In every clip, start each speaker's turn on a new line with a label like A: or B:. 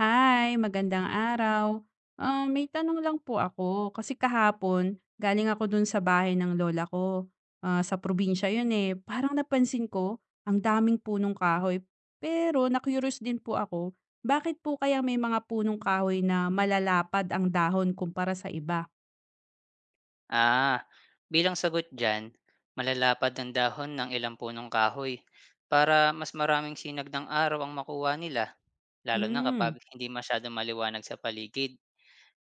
A: Hi, magandang araw. May tanong lang po ako kasi kahapon galing ako dun sa bahay ng lola ko. Sa probinsya yun eh. Parang napansin ko ang daming punong kahoy. Pero na-curious din po ako, bakit po kaya may mga punong kahoy na malalapad ang dahon kumpara sa iba?
B: Ah, Bilang sagot dyan, malalapad ang dahon ng ilang punong kahoy para mas maraming sinag ng araw ang makuha nila, lalo na kapag
A: Hmm.
B: hindi masyado maliwanag sa paligid.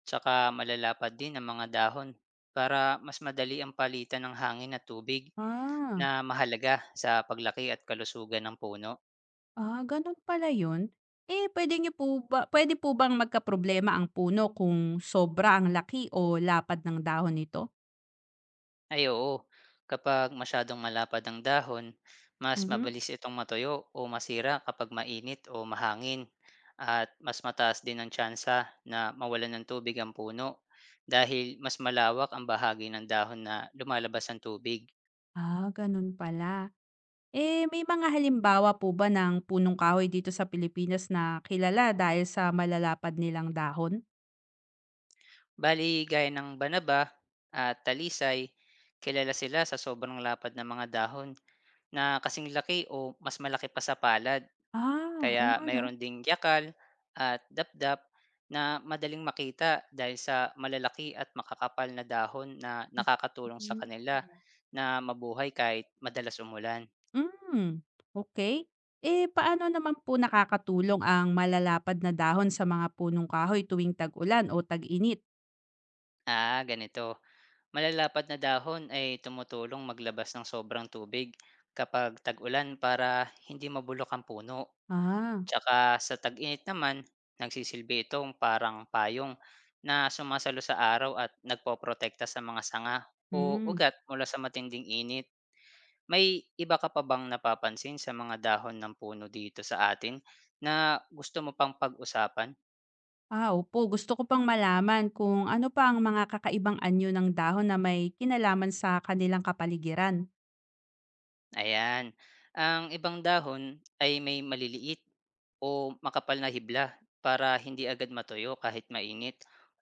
B: Tsaka malalapad din ang mga dahon para mas madali ang palitan ng hangin at tubig
A: Ah,
B: na mahalaga sa paglaki at kalusugan ng puno.
A: Ganun pala yun. Eh, pwede niyo po ba, pwede po bang magkaproblema ang puno kung sobra ang laki o lapad ng dahon nito?
B: Ay oo, kapag masyadong malapad ang dahon, mas
A: Mhm.
B: mabilis itong matuyo o masira kapag mainit o mahangin at mas mataas din ang tsansa na mawalan ng tubig ang puno dahil mas malawak ang bahagi ng dahon na lumalabas ng tubig.
A: Ganun pala. Eh, may mga halimbawa po ba ng punong kahoy dito sa Pilipinas na kilala dahil sa malalapad nilang dahon?
B: Bali, gaya ng banaba at talisay, kilala sila sa sobrang lapad ng mga dahon na kasing laki o mas malaki pa sa palad.
A: Ah, oo
B: Kaya
A: nga no.
B: mayroon ding yakal at dapdap na madaling makita dahil sa malalaki at makakapal na dahon na nakakatulong sa
A: Mm.
B: kanila na mabuhay kahit madalas umulan.
A: Mm, okay. Eh, paano naman po nakakatulong ang malalapad na dahon sa mga punong kahoy tuwing tag-ulan o tag-init?
B: Ganito. Malalapad na dahon ay tumutulong maglabas ng sobrang tubig kapag tag-ulan para hindi mabulok ang puno.
A: Ah,
B: Tsaka sa tag-init naman, nagsisilbi itong parang payong na sumasalo sa araw at nagpoprotekta sa mga sanga o
A: hmm,
B: ugat mula sa matinding init. May iba ka pa bang napapansin sa mga dahon ng puno dito sa atin na gusto mo pang pag-usapan?
A: Opo. Gusto ko pang malaman kung ano pa ang mga kakaibang anyo ng dahon na may kinalaman sa kanilang kapaligiran.
B: Ayan, ang ibang dahon ay may maliliit o makapal na hibla para hindi agad matuyo kahit mainit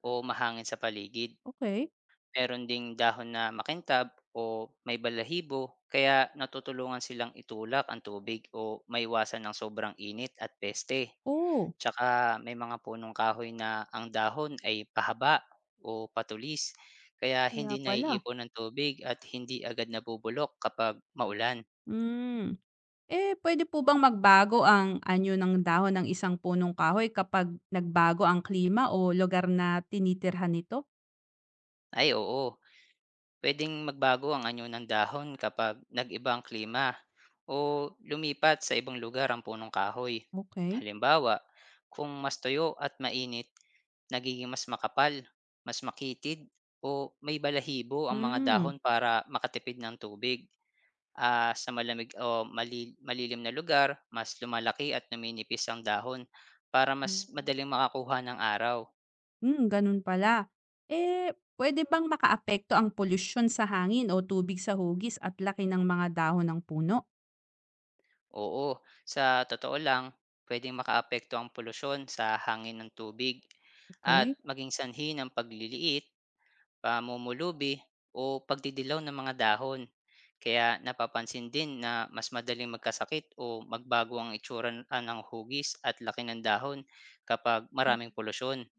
B: o mahangin sa paligid.
A: Okay.
B: Meron ding dahon na makintab o may balahibo kaya natutulungan silang itulak ang tubig o maiwasan ng sobrang init at peste.
A: Oo.
B: Tsaka may mga punong kahoy na ang dahon ay pahaba o patulis kaya
A: Kaya
B: hindi
A: pala.
B: naiipon ng tubig at hindi agad nabubulok kapag maulan.
A: Hmm. Eh, pwede po bang magbago ang anyo ng dahon ng isang punong kahoy kapag nagbago ang klima o lugar na tinitirhan nito?
B: Ay oo, puwedeng magbago ang anyo ng dahon kapag nag-iba ang klima o lumipat sa ibang lugar ang punong kahoy.
A: Okay.
B: Halimbawa, kung mas toyo at mainit, nagiging mas makapal, mas makitid, o may balahibo ang mga
A: Hmm.
B: dahon para makatipid ng tubig. Sa malamig o malilim na lugar, mas lumalaki at numinipis ang dahon para
A: Hmm.
B: mas madaling makakuha ng araw.
A: Hmm, gano'n pala. Eh, pwede bang makaapekto ang polusyon sa hangin o tubig sa hugis at laki ng mga dahon ng puno?
B: Oo, sa totoo lang, puwedeng makaapekto ang polusyon sa hangin ng tubig at
A: Okay.
B: maging sanhi ng pagliliit, pamumulubi o pagdidilaw ng mga dahon. Kaya napapansin din na mas madaling magkasakit o magbago ang itsura ng hugis at laki ng dahon kapag maraming polusyon.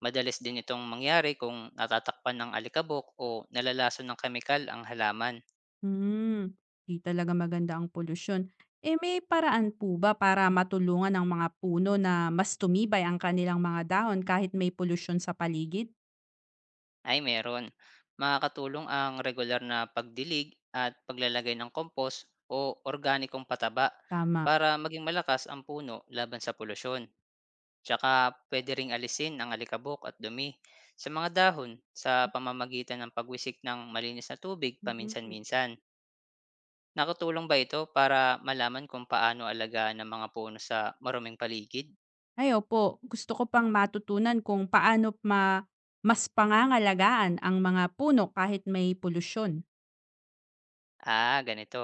B: Madalas din itong mangyari kung natatakpan ng alikabok o nalalason ng kemikal ang halaman.
A: Hmm, di talaga maganda ang polusyon. Eh, may paraan po ba para matulungan ang mga puno na mas tumibay ang kanilang mga dahon kahit may polusyon sa paligid?
B: Ay meron. Makakatulong ang regular na pagdilig at paglalagay ng compost o organikong pataba
A: Tama.
B: para maging malakas ang puno laban sa polusyon. Tsaka pwede ring alisin ang alikabok at dumi sa mga dahon sa pamamagitan ng pagwisik ng malinis na tubig
A: Mhm.
B: paminsan-minsan. Nakatulong ba ito para malaman kung paano alagaan ng mga puno sa maruming paligid?
A: Ay, opo. Gusto ko pang matutunan kung paano ma mas pangangalagaan ang mga puno kahit may polusyon.
B: Ganito.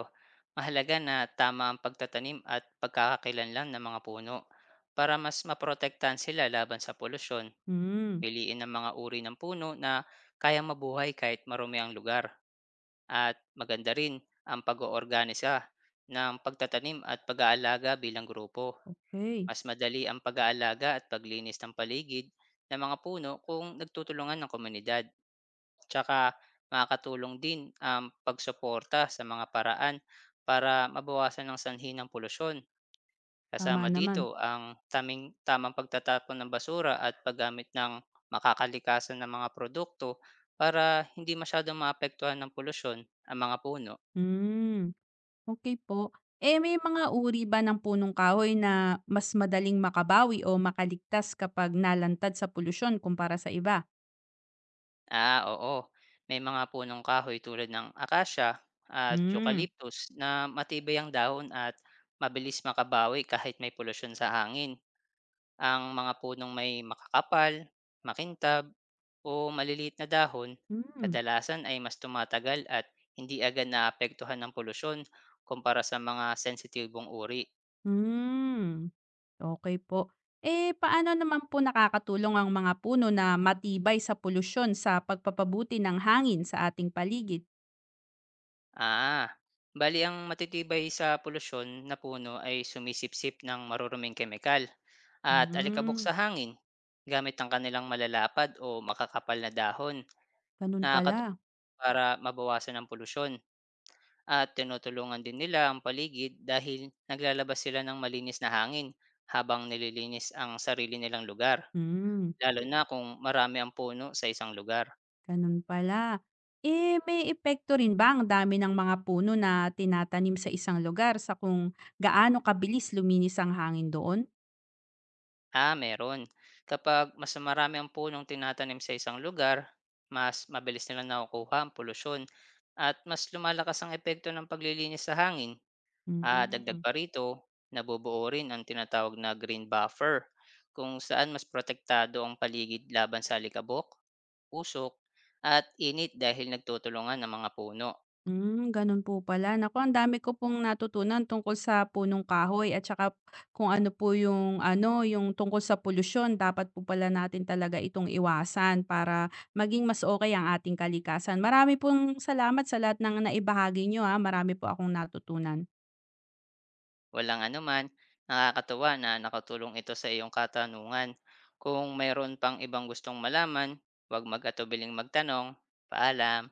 B: Mahalaga na tama ang pagtatanim at pagkakakilanlan ng mga puno para mas maprotektahan sila laban sa polusyon.
A: Hmm,
B: Piliin ang mga uri ng puno na kayang mabuhay kahit marumi ang lugar. At maganda rin ang pag-oorganisa ng pagtatanim at pag-aalaga bilang grupo.
A: okay.
B: Mas madali ang pag-aalaga at paglinis ng paligid ng mga puno kung nagtutulungan ng komunidad. Tsaka makakatulong din ang pagsuporta sa mga paraan para mabawasan ang sanhi ng polusyon.
A: Tama
B: Kasama dito
A: naman.
B: ang taming, tamang pagtatapon ng basura at paggamit ng makakalikasan ng mga produkto para hindi masyadong maapektuhan ng polusyon ang mga puno.
A: Hmm. Okay po. Eh, may mga uri ba ng punong kahoy na mas madaling makabawi o makaligtas kapag nalantad sa polusyon kumpara sa iba?
B: Ah, oo. May mga punong kahoy tulad ng akasya at
A: Hmm,
B: eucalyptus na matibay ang dahon at mabilis makabawi kahit may polusyon sa hangin. Ang mga punong may makakapal, makintab, o maliliit na dahon,
A: hmm,
B: kadalasan ay mas tumatagal at hindi agad naapektuhan ng polusyon kumpara sa mga sensitibong uri.
A: hmm, okay po. Eh, paano naman po nakakatulong ang mga puno na matibay sa polusyon sa pagpapabuti ng hangin sa ating paligid?
B: Ah, Bali ang matitibay sa polusyon na puno ay sumisipsip ng maruruming kemikal at alikabok
A: Hmm,
B: sa hangin gamit ang kanilang malalapad o makakapal na dahon
A: ganun
B: na nakakatulong
A: pala,
B: para mabawasan ang polusyon. At tinutulungan din nila ang paligid dahil naglalabas sila ng malinis na hangin habang nililinis ang sarili nilang lugar,
A: hmm.
B: lalo na kung marami ang puno sa isang lugar.
A: Ganun pala. Eh, may epekto rin ba ang dami ng mga puno na tinatanim sa isang lugar sa kung gaano kabilis luminis ang hangin doon?
B: Ah, meron. Kapag mas marami ang punong tinatanim sa isang lugar, mas mabilis nilang nakukuha ang polusyon at mas lumalakas ang epekto ng paglilinis sa hangin. Dagdag
A: Hmm.
B: pa rito, nabubuo rin ang tinatawag na green buffer kung saan mas protektado ang paligid laban sa alikabok usok at init dahil nagtutulungan ang mga puno.
A: Hmm, ganun po pala. Naku, ang dami ko pong natutunan tungkol sa punong kahoy at saka kung ano po yung ano, yung tungkol sa polusyon. Dapat po pala natin talaga itong iwasan para maging mas okay ang ating kalikasan. Marami pong salamat sa lahat ng naibahagi nyo ha. Marami po akong natutunan.
B: Walang anuman, nakakatuwa na nakatulong ito sa iyong katanungan. Kung mayroon pang ibang gustong malaman, huwag mag-atubiling magtanong. Paalam!